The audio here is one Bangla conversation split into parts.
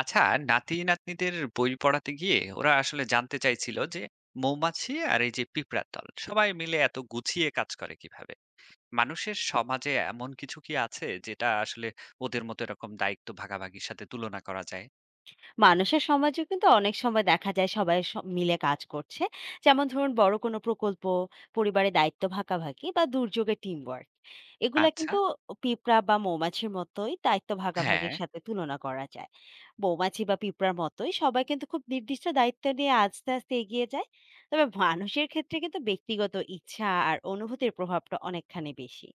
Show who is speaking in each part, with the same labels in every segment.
Speaker 1: আচ্ছা, নাতি নাতনিদের বই পড়াতে গিয়ে ওরা আসলে জানতে চাইছিল যে মৌমাছি আর এই যে পিঁপড়ার দল সবাই মিলে এত গুছিয়ে কাজ করে কিভাবে। মানুষের সমাজে এমন কিছু কি আছে যেটা আসলে ওদের মতো এরকম দায়িত্ব ভাগাভাগির সাথে তুলনা করা যায়?
Speaker 2: মানুষের সমাজেও কিন্তু অনেক সময় দেখা যায় সবাই মিলে কাজ করছে। যেমন ধরুন বড় কোনো প্রকল্প, পরিবারে দায়িত্ব ভাগাভাগি বা দুর্যোগের টিম ওয়ার্ক, এগুলা
Speaker 1: আচ্ছা,
Speaker 2: কিন্তু পিঁপড়া বা মৌমাছির মতোই দায়িত্ব
Speaker 1: হ্যাঁ,
Speaker 2: ভাগাভাগির সাথে তুলনা করা যায়। মৌমাছি বা পিঁপড়ার মতোই সবাই কিন্তু খুব নির্দিষ্ট দায়িত্ব নিয়ে আস্তে আস্তে এগিয়ে যায়। তবে মানুষের ক্ষেত্রে কিন্তু ব্যক্তিগত ইচ্ছা আর অনুভূতির প্রভাবটা অনেকখানি বেশি।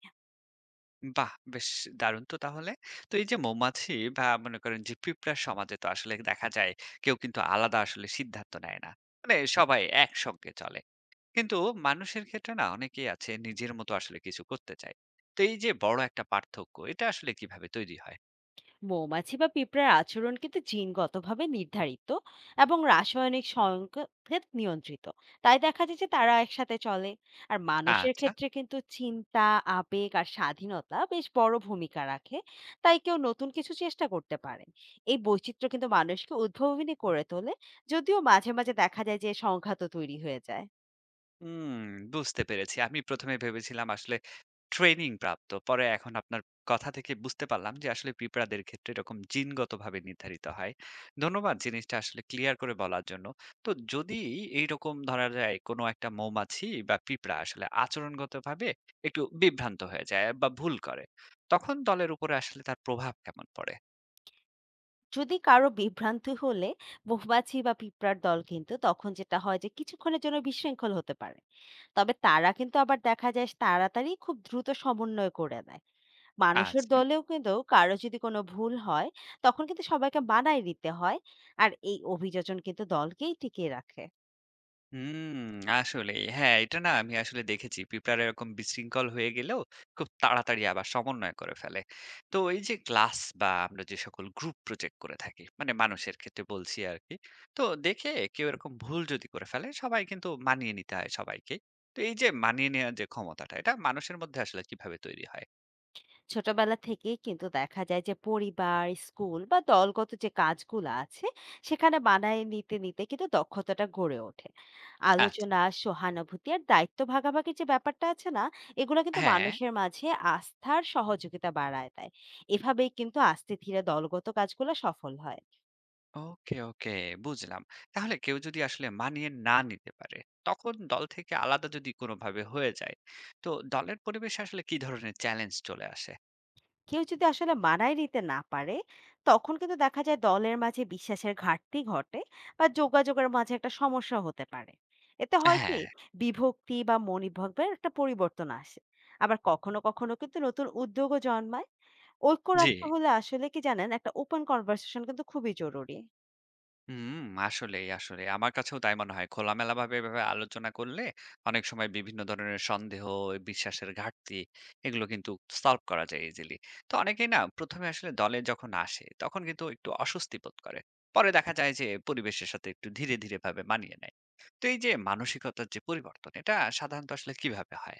Speaker 1: বাহ বেশ, দারুণ তো তাহলে। তো এই যে মৌমাছি বা মনে করেন যে পিঁপড়ার সমাজে তো আসলে দেখা যায় কেউ কিন্তু আলাদা আসলে সিদ্ধান্ত নেয় না, মানে সবাই একসঙ্গে চলে, কিন্তু মানুষের ক্ষেত্রে না অনেকেই আছে নিজের মতো আসলে কিছু করতে চায়। তো এই যে বড় একটা পার্থক্য এটা আসলে কিভাবে তৈরি হয়?
Speaker 2: মৌমাছি বা পিঁপড়ার আচরণ কিন্তু জিনগতভাবে নির্ধারিত এবং রাসায়নিক সংকেত নিয়ন্ত্রিত। তাই দেখা যায় যে তারা একসাথে চলে। আর মানুষের
Speaker 1: আচ্ছা,
Speaker 2: ক্ষেত্রে কিন্তু চিন্তা, আবেগ আর স্বাধীনতা বেশ বড় ভূমিকা রাখে। তাই কেউ নতুন কিছু চেষ্টা করতে পারেন। এই বৈচিত্র্য কিন্তু মানুষকে উদ্ভাবনী করে তোলে, যদিও মাঝে মাঝে দেখা যায় যে সংঘাতও তৈরি হয়ে যায়।
Speaker 1: হুম, বুঝতে পেরেছি। আমি প্রথম এ ভেবেছিলাম আসলে ট্রেনিং প্রাপ্ত। পরে এখন আপনার কথা থেকে বুঝতে পারলাম যে আসলে পিঁপড়াদের ক্ষেত্রে এরকম জিনগতভাবে নির্ধারিত হয়। ধন্যবাদ জিনিসটা আসলে ক্লিয়ার করে বলার জন্য। তো যদি এইরকম ধরা যায় কোনো একটা মৌমাছি বা পিঁপড়া আসলে আচরণগতভাবে একটু বিভ্রান্ত হয়ে যায় বা ভুল করে, তখন দলের উপরে আসলে তার প্রভাব কেমন পড়ে?
Speaker 2: যদি কারো বিভ্রান্তি হলে মৌমাছি বা পিঁপড়ার দল কিন্তু তখন যেটা হয় যে কিছুক্ষণের জন্য বিশৃঙ্খল হতে পারে। তবে তারা কিন্তু আবার দেখা যায় তাড়াতাড়ি খুব দ্রুত সমন্বয় করে দেয়। মানুষের
Speaker 1: আচ্ছা।
Speaker 2: দলেও কিন্তু কারো যদি কোনো ভুল হয়, তখন কিন্তু সবাইকে মানায় নিতে হয়। আর এই অভিযোজন কিন্তু দলকেই টিকিয়ে রাখে।
Speaker 1: হুম, আসলেই। হ্যাঁ, এটা না আমি আসলে দেখেছি। পিঁপড়ারা এরকম বিশৃঙ্খল হয়ে গেলেও খুব তাড়াতাড়ি আবার সমন্বয় করে ফেলে। তো এই যে ক্লাস বা আমরা যে সকল গ্রুপ প্রজেক্ট করে থাকি, মানে মানুষের ক্ষেত্রে বলছি আরকি। তো দেখে কেউ এরকম ভুল যদি করে ফেলে, সবাই কিন্তু মানিয়ে নিতে হয় সবাইকেই। তো এই যে মানিয়ে নেওয়ার যে ক্ষমতাটা, এটা মানুষের মধ্যে আসলে কিভাবে তৈরি হয়?
Speaker 2: ছোটবেলা থেকেই কিন্তু দেখা যায় যে পরিবার, স্কুল বা দলগত যে কাজগুলো আছে, সেখানে মানায় নিতে কিন্তু দক্ষতাটা গড়ে ওঠে।
Speaker 1: আচ্ছা,
Speaker 2: আলোচনা, সহানুভূতি আর দায়িত্ব ভাগাভাগির যে ব্যাপারটা আছে না, এগুলো কিন্তু
Speaker 1: হ্যাঁ।
Speaker 2: মানুষের মাঝে আস্থার সহযোগিতা বাড়ায় দেয়। এভাবেই কিন্তু আস্তে ধীরে দলগত কাজগুলো সফল হয়।
Speaker 1: ওকে, ওকে, বুঝলাম। তাহলে কেউ যদি আসলে মানিয়ে না নিতে পারে, তখন দল থেকে আলাদা যদি কোনোভাবে হয়ে যায়, তো দলের পরিবেশে আসলে কি ধরনের চ্যালেঞ্জ চলে আসে?
Speaker 2: কেউ যদি আসলে মানায় নিতে না পারে, তখন কিন্তু দেখা যায় দলের মাঝে বিশ্বাসের ঘাটতি ঘটে বা যোগাযোগের মাঝে একটা সমস্যা হতে পারে। এতে হয়
Speaker 1: হ্যাঁ,
Speaker 2: কি, বিভক্তি বা মনোভাবের একটা পরিবর্তন আসে। আবার কখনো কখনো কিন্তু নতুন উদ্যোগও জন্মায়। ঐক্য
Speaker 1: জি।
Speaker 2: রাখতে হলে আসলে কি জানেন, একটা ওপেন কনভারসেশন কিন্তু খুবই জরুরি।
Speaker 1: হুম, আসলেই, আসলেই। আমার কাছেও তাই মনে হয়। খোলামেলাভাবে এভাবে আলোচনা করলে অনেক সময় বিভিন্ন ধরনের সন্দেহ, বিশ্বাসের ঘাটতি, এগুলো কিন্তু সলভ করা যায় ইজিলি। তো অনেকেই না প্রথম এ আসলে দলে যখন আসে তখন কিন্তু একটু অস্বস্তি বোধ করে। পরে দেখা যায় যে পরিবেশের সাথে একটু ধীরে, ধীরে ভাবে মানিয়ে নেয়। তো এই যে মানসিকতার যে পরিবর্তন এটা সাধারণত আসলে কিভাবে হয়?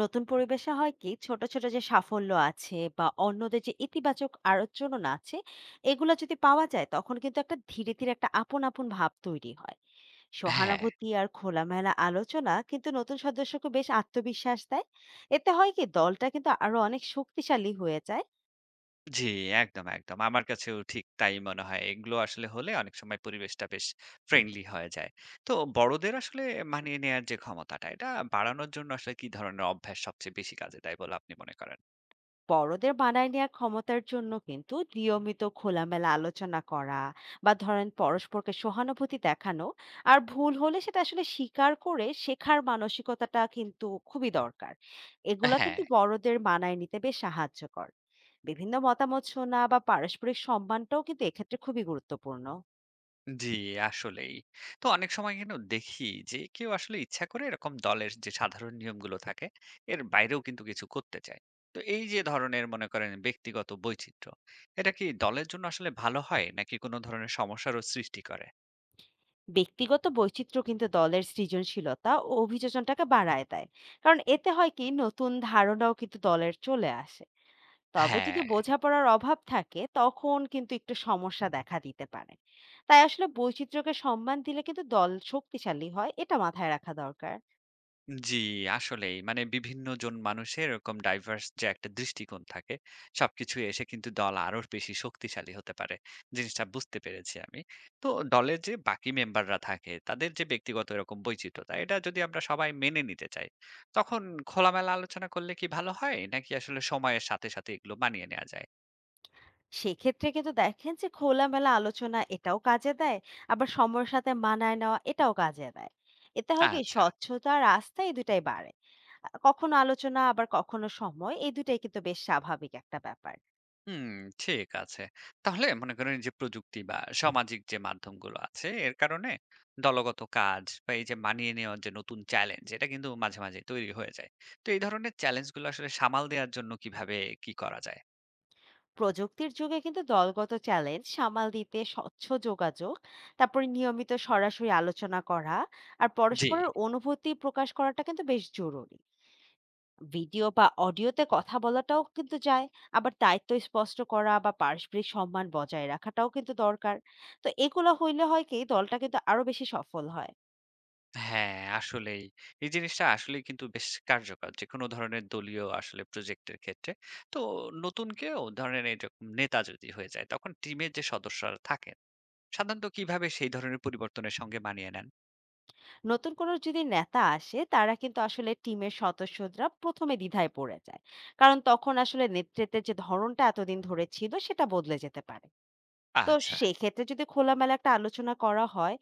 Speaker 2: নতুন পরিবেশে হয় কি, ছোট ছোট যে সাফল্য আছে বা অন্যদের যে ইতিবাচক আলোচনা আছে, এগুলো যদি পাওয়া যায় তখন কিন্তু একটা ধীরে ধীরে একটা আপন আপন ভাব তৈরি হয়।
Speaker 1: হ্যাঁ।
Speaker 2: সহানুভূতি আর খোলামেলা আলোচনা কিন্তু নতুন সদস্যকে বেশ আত্মবিশ্বাস দেয়। এতে হয় কি, দলটা কিন্তু আরো অনেক শক্তিশালী হয়ে যায়।
Speaker 1: জি, একদম, একদম। আমার কাছেও ঠিক তাই মনে হয়। এগুলো আসলে হলে অনেক সময় পরিবেশটা বেশ ফ্রেন্ডলি হয়ে যায়। তো বড়দের আসলে মানিয়ে নেয়ার যে ক্ষমতাটা, এটা বাড়ানোর জন্য আসলে কি ধরনের অভ্যাস সবচেয়ে বেশি কাজে দেয় বলে আপনি মনে করেন?
Speaker 2: বড়দের বানায় নেওয়ার ক্ষমতার জন্য কিন্তু নিয়মিত খোলামেলা আলোচনা করা বা ধরেন পরস্পরকে সহানুভূতি দেখানো, আর ভুল হলে সেটা আসলে স্বীকার করে শেখার মানসিকতাটা কিন্তু খুবই দরকার। এগুলা
Speaker 1: হ্যাঁ,
Speaker 2: কিন্তু বড়দের মানায় নিতে বেশ সাহায্য কর। বিভিন্ন মতামত শোনা বা পারস্পরিক সম্মানটাও কিন্তু এক্ষেত্রে খুবই গুরুত্বপূর্ণ।
Speaker 1: জি, আসলেই। তো অনেক সময় কিন্তু দেখি যে কেউ আসলে ইচ্ছা করে এরকম দলের যে সাধারণ নিয়মগুলো থাকে, এর বাইরেও কিন্তু কিছু করতে চায়। তো এই যে ধরনের মনে করেন ব্যক্তিগত বৈচিত্র্য, এটা কি দলের জন্য আসলে ভালো হয় নাকি কোনো ধরনের সমস্যারও সৃষ্টি করে?
Speaker 2: ব্যক্তিগত বৈচিত্র্য কিন্তু দলের সৃজনশীলতা ও অভিযোজনটাকে বাড়ায় দেয়। কারণ এতে হয় কি, নতুন ধারণাও কিন্তু দলের চলে আসে। তবে যদি
Speaker 1: হ্যাঁ।
Speaker 2: বোঝাপড়ার অভাব থাকে তখন কিন্তু একটু সমস্যা দেখা দিতে পারে। তাই আসলে বৈচিত্র্যকে সম্মান দিলে কিন্তু দল শক্তিশালী হয়, এটা মাথায় রাখা দরকার।
Speaker 1: জি, আসলেই। মানে বিভিন্ন জন মানুষের এরকম ডাইভার্স যে একটা দৃষ্টিকোণ থাকে, সবকিছু এসে কিন্তু দল আরো বেশি শক্তিশালী হতে পারে। জিনিসটা বুঝতে পেরেছি আমি। তো দলের যে বাকি মেম্বাররা থাকে, তাদের যে ব্যক্তিগত এরকম বৈচিত্রতা, এটা যদি আমরা সবাই মেনে নিতে চাই, তখন খোলামেলা আলোচনা করলে কি ভালো হয়? নাকি আসলে সময়ের সাথে, সাথে এগুলো মানিয়ে নেওয়া যায়?
Speaker 2: সেক্ষেত্রে কিন্তু দেখেন যে খোলামেলা আলোচনা এটাও কাজে দেয়, আবার সময়ের সাথে মানায় নেওয়া এটাও কাজে দেয়। এতে হয় কি,
Speaker 1: আচ্ছা।
Speaker 2: স্বচ্ছতা আর আস্থা এই দুটাই বাড়ে। কখনো আলোচনা আবার কখনো সময়, এই দুটাই কিন্তু বেশ স্বাভাবিক একটা ব্যাপার।
Speaker 1: হুম, ঠিক আছে। তাহলে মনে করেন যে প্রযুক্তি বা সামাজিক যে মাধ্যমগুলো আছে এর কারণে দলগত কাজ বা এই যে মানিয়ে নেওয়ার যে নতুন চ্যালেঞ্জ এটা কিন্তু মাঝে, মাঝে তৈরি হয়ে যায়। তো এই ধরনের চ্যালেঞ্জ গুলো আসলে সামাল দেওয়ার জন্য কিভাবে কি করা যায়?
Speaker 2: প্রযুক্তির যুগে কিন্তু দলগত চ্যালেঞ্জ সামাল দিতে স্বচ্ছ যোগাযোগ, তারপরে নিয়মিত সরাসরি আলোচনা করা আর
Speaker 1: জি।
Speaker 2: পরস্পরের অনুভূতি প্রকাশ করাটা কিন্তু বেশ জরুরি। ভিডিও বা অডিওতে কথা বলাটাও কিন্তু যায়। আবার দায়িত্ব স্পষ্ট করা বা পারস্পরিক সম্মান বজায় রাখাটাও কিন্তু দরকার। তো এগুলো হইলে হয় কি, দলটা কিন্তু আরো বেশি সফল হয়।
Speaker 1: হ্যাঁ, আসলেই। এই জিনিসটা আসলেই কিন্তু বেশ কার্যকর, যেকোনো ধরনের দলীয় আসলে প্রজেক্টের ক্ষেত্রে। তো নতুন কেউ ধরেন এইরকম নেতা যদি হয়ে যায় তখন টিমের যে সদস্যরা থাকেন সাধারণত কিভাবে সেই ধরনের পরিবর্তনের সঙ্গে মানিয়ে নেন?
Speaker 2: নতুন কোনো যদি নেতা আসে, তারা কিন্তু আসলে টিমের সদস্যরা প্রথমে দ্বিধায় পড়ে যায়। কারণ তখন আসলে নেতৃত্বের যে ধরনটা এতদিন ধরে ছিল সেটা বদলে যেতে পারে। তো
Speaker 1: আচ্ছা।
Speaker 2: সেক্ষেত্রে যদি খোলামেলা একটা আলোচনা করা হয়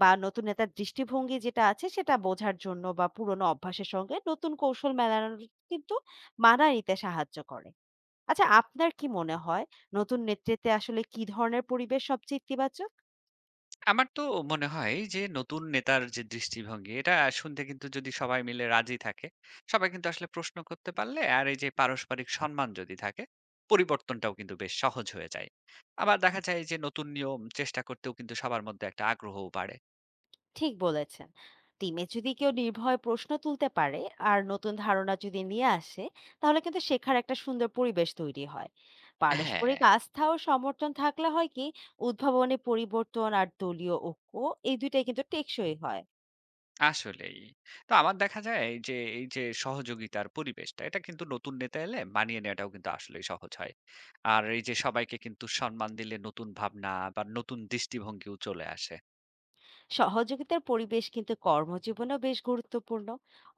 Speaker 2: বা নতুন নেতার দৃষ্টিভঙ্গি যেটা আছে সেটা বোঝার জন্য বা পুরনো অভ্যাসের সঙ্গে নতুন কৌশল মেলানোর কিন্তু মানায় নিতে সাহায্য করে। আচ্ছা, আপনার কি মনে হয় নতুন নেতৃত্বে আসলে কি ধরনের পরিবেশ সবচেয়ে ইতিবাচক?
Speaker 1: আমার তো মনে হয় যে নতুন নেতার যে দৃষ্টিভঙ্গি এটা শুনতে কিন্তু যদি সবাই মিলে রাজি থাকে, সবাই কিন্তু আসলে প্রশ্ন করতে পারলে আর এই যে পারস্পরিক সম্মান যদি থাকে, পরিবর্তনটাও কিন্তু বেশ সহজ হয়ে যায়। আবার দেখা যায় যে নতুন নিয়ম চেষ্টা করতেও কিন্তু সবার মধ্যে একটা আগ্রহও বাড়ে।
Speaker 2: ঠিক বলেছেন। টিমে যদি কেউ নির্ভয় প্রশ্ন তুলতে পারে আর নতুন ধারণা যদি নিয়ে আসে, তাহলে কিন্তু শেখার একটা সুন্দর পরিবেশ তৈরি হয়।
Speaker 1: হ্যাঁ,
Speaker 2: পারস্পরিক আস্থা ও সমর্থন থাকলে হয় কি, উদ্ভাবনী পরিবর্তন আর দলীয় ঐক্য, এই দুইটাই কিন্তু টেকসই হয়।
Speaker 1: আসলেই। তো আমার দেখা যায় যে এই যে সহযোগিতার পরিবেশটা এটা কিন্তু নতুন নেতা এলে মানিয়ে নেওয়াটাও কিন্তু আসলেই সহজ হয়। আর এই যে সবাইকে কিন্তু সম্মান দিলে নতুন ভাবনা বা নতুন দৃষ্টিভঙ্গিও চলে আসে।
Speaker 2: সহযোগিতার পরিবেশ কিন্তু কর্মজীবনেও বেশ গুরুত্বপূর্ণ।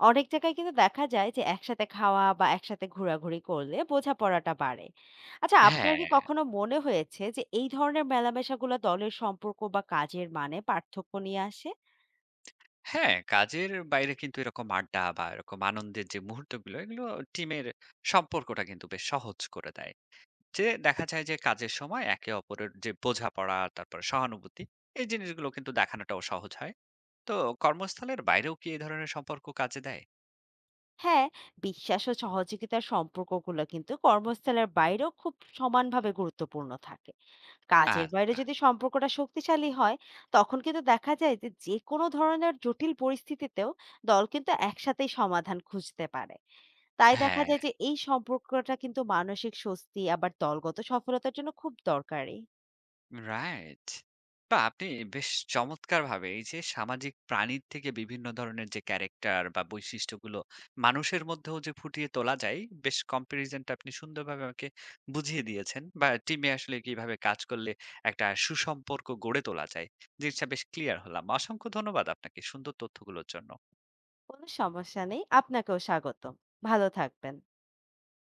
Speaker 2: অনেক জায়গায় কিন্তু দেখা যায় যে একসাথে খাওয়া বা একসাথে ঘোরাঘুরি করলে বোঝাপড়াটা বাড়ে। আচ্ছা, আপনার কি
Speaker 1: হ্যাঁ,
Speaker 2: কখনো মনে হয়েছে যে এই ধরনের মেলামেশাগুলো দলের সম্পর্ক বা কাজের মানে পার্থক্য নিয়ে আসে?
Speaker 1: হ্যাঁ, কাজের বাইরে কিন্তু এরকম আড্ডা বা এরকম আনন্দের যে মুহূর্তগুলো, এগুলো টিমের সম্পর্কটা কিন্তু বেশ সহজ করে দেয়। যে দেখা যায় যে কাজের সময় একে অপরের যে বোঝাপড়া, তারপরে সহানুভূতি, এই জিনিসগুলো কিন্তু দেখানোটাও সহজ হয়। তো কর্মস্থলের বাইরেও কি এই ধরনের সম্পর্ক কাজে দেয়?
Speaker 2: হ্যাঁ, বিশ্বাস ও সহযোগিতার সম্পর্কগুলো কিন্তু কর্মস্থলের বাইরেও খুব সমানভাবে গুরুত্বপূর্ণ থাকে। কাজের বাইরে
Speaker 1: আচ্ছা,
Speaker 2: যদি সম্পর্কটা শক্তিশালী হয়, তখন কিন্তু দেখা যায় যে যে কোনো ধরনের জটিল পরিস্থিতিতেও দল কিন্তু একসাথেই সমাধান খুঁজতে পারে। তাই দেখা
Speaker 1: হ্যাঁ।
Speaker 2: যায় যে এই সম্পর্কটা কিন্তু মানসিক স্বস্তি আবার দলগত সফলতার জন্য খুব দরকারি।
Speaker 1: রাইট। বাহ! আপনি বেশ চমৎকারভাবে এই যে সামাজিক প্রাণীর থেকে বিভিন্ন ধরনের যে ক্যারেক্টার বা বৈশিষ্ট্যগুলো মানুষের মধ্যেও যে ফুটিয়ে তোলা যায়, বেশ কম্পারিজনটা আপনি সুন্দরভাবে আমাকে বুঝিয়ে দিয়েছেন। বা টিমে আসলে কিভাবে কাজ করলে একটা সুসম্পর্ক গড়ে তোলা যায়। জিনিসটা বেশ ক্লিয়ার হলাম। অসংখ্য ধন্যবাদ আপনাকে সুন্দর তথ্যগুলোর জন্য।
Speaker 2: কোনো সমস্যা নেই, আপনাকেও স্বাগতম। ভালো থাকবেন।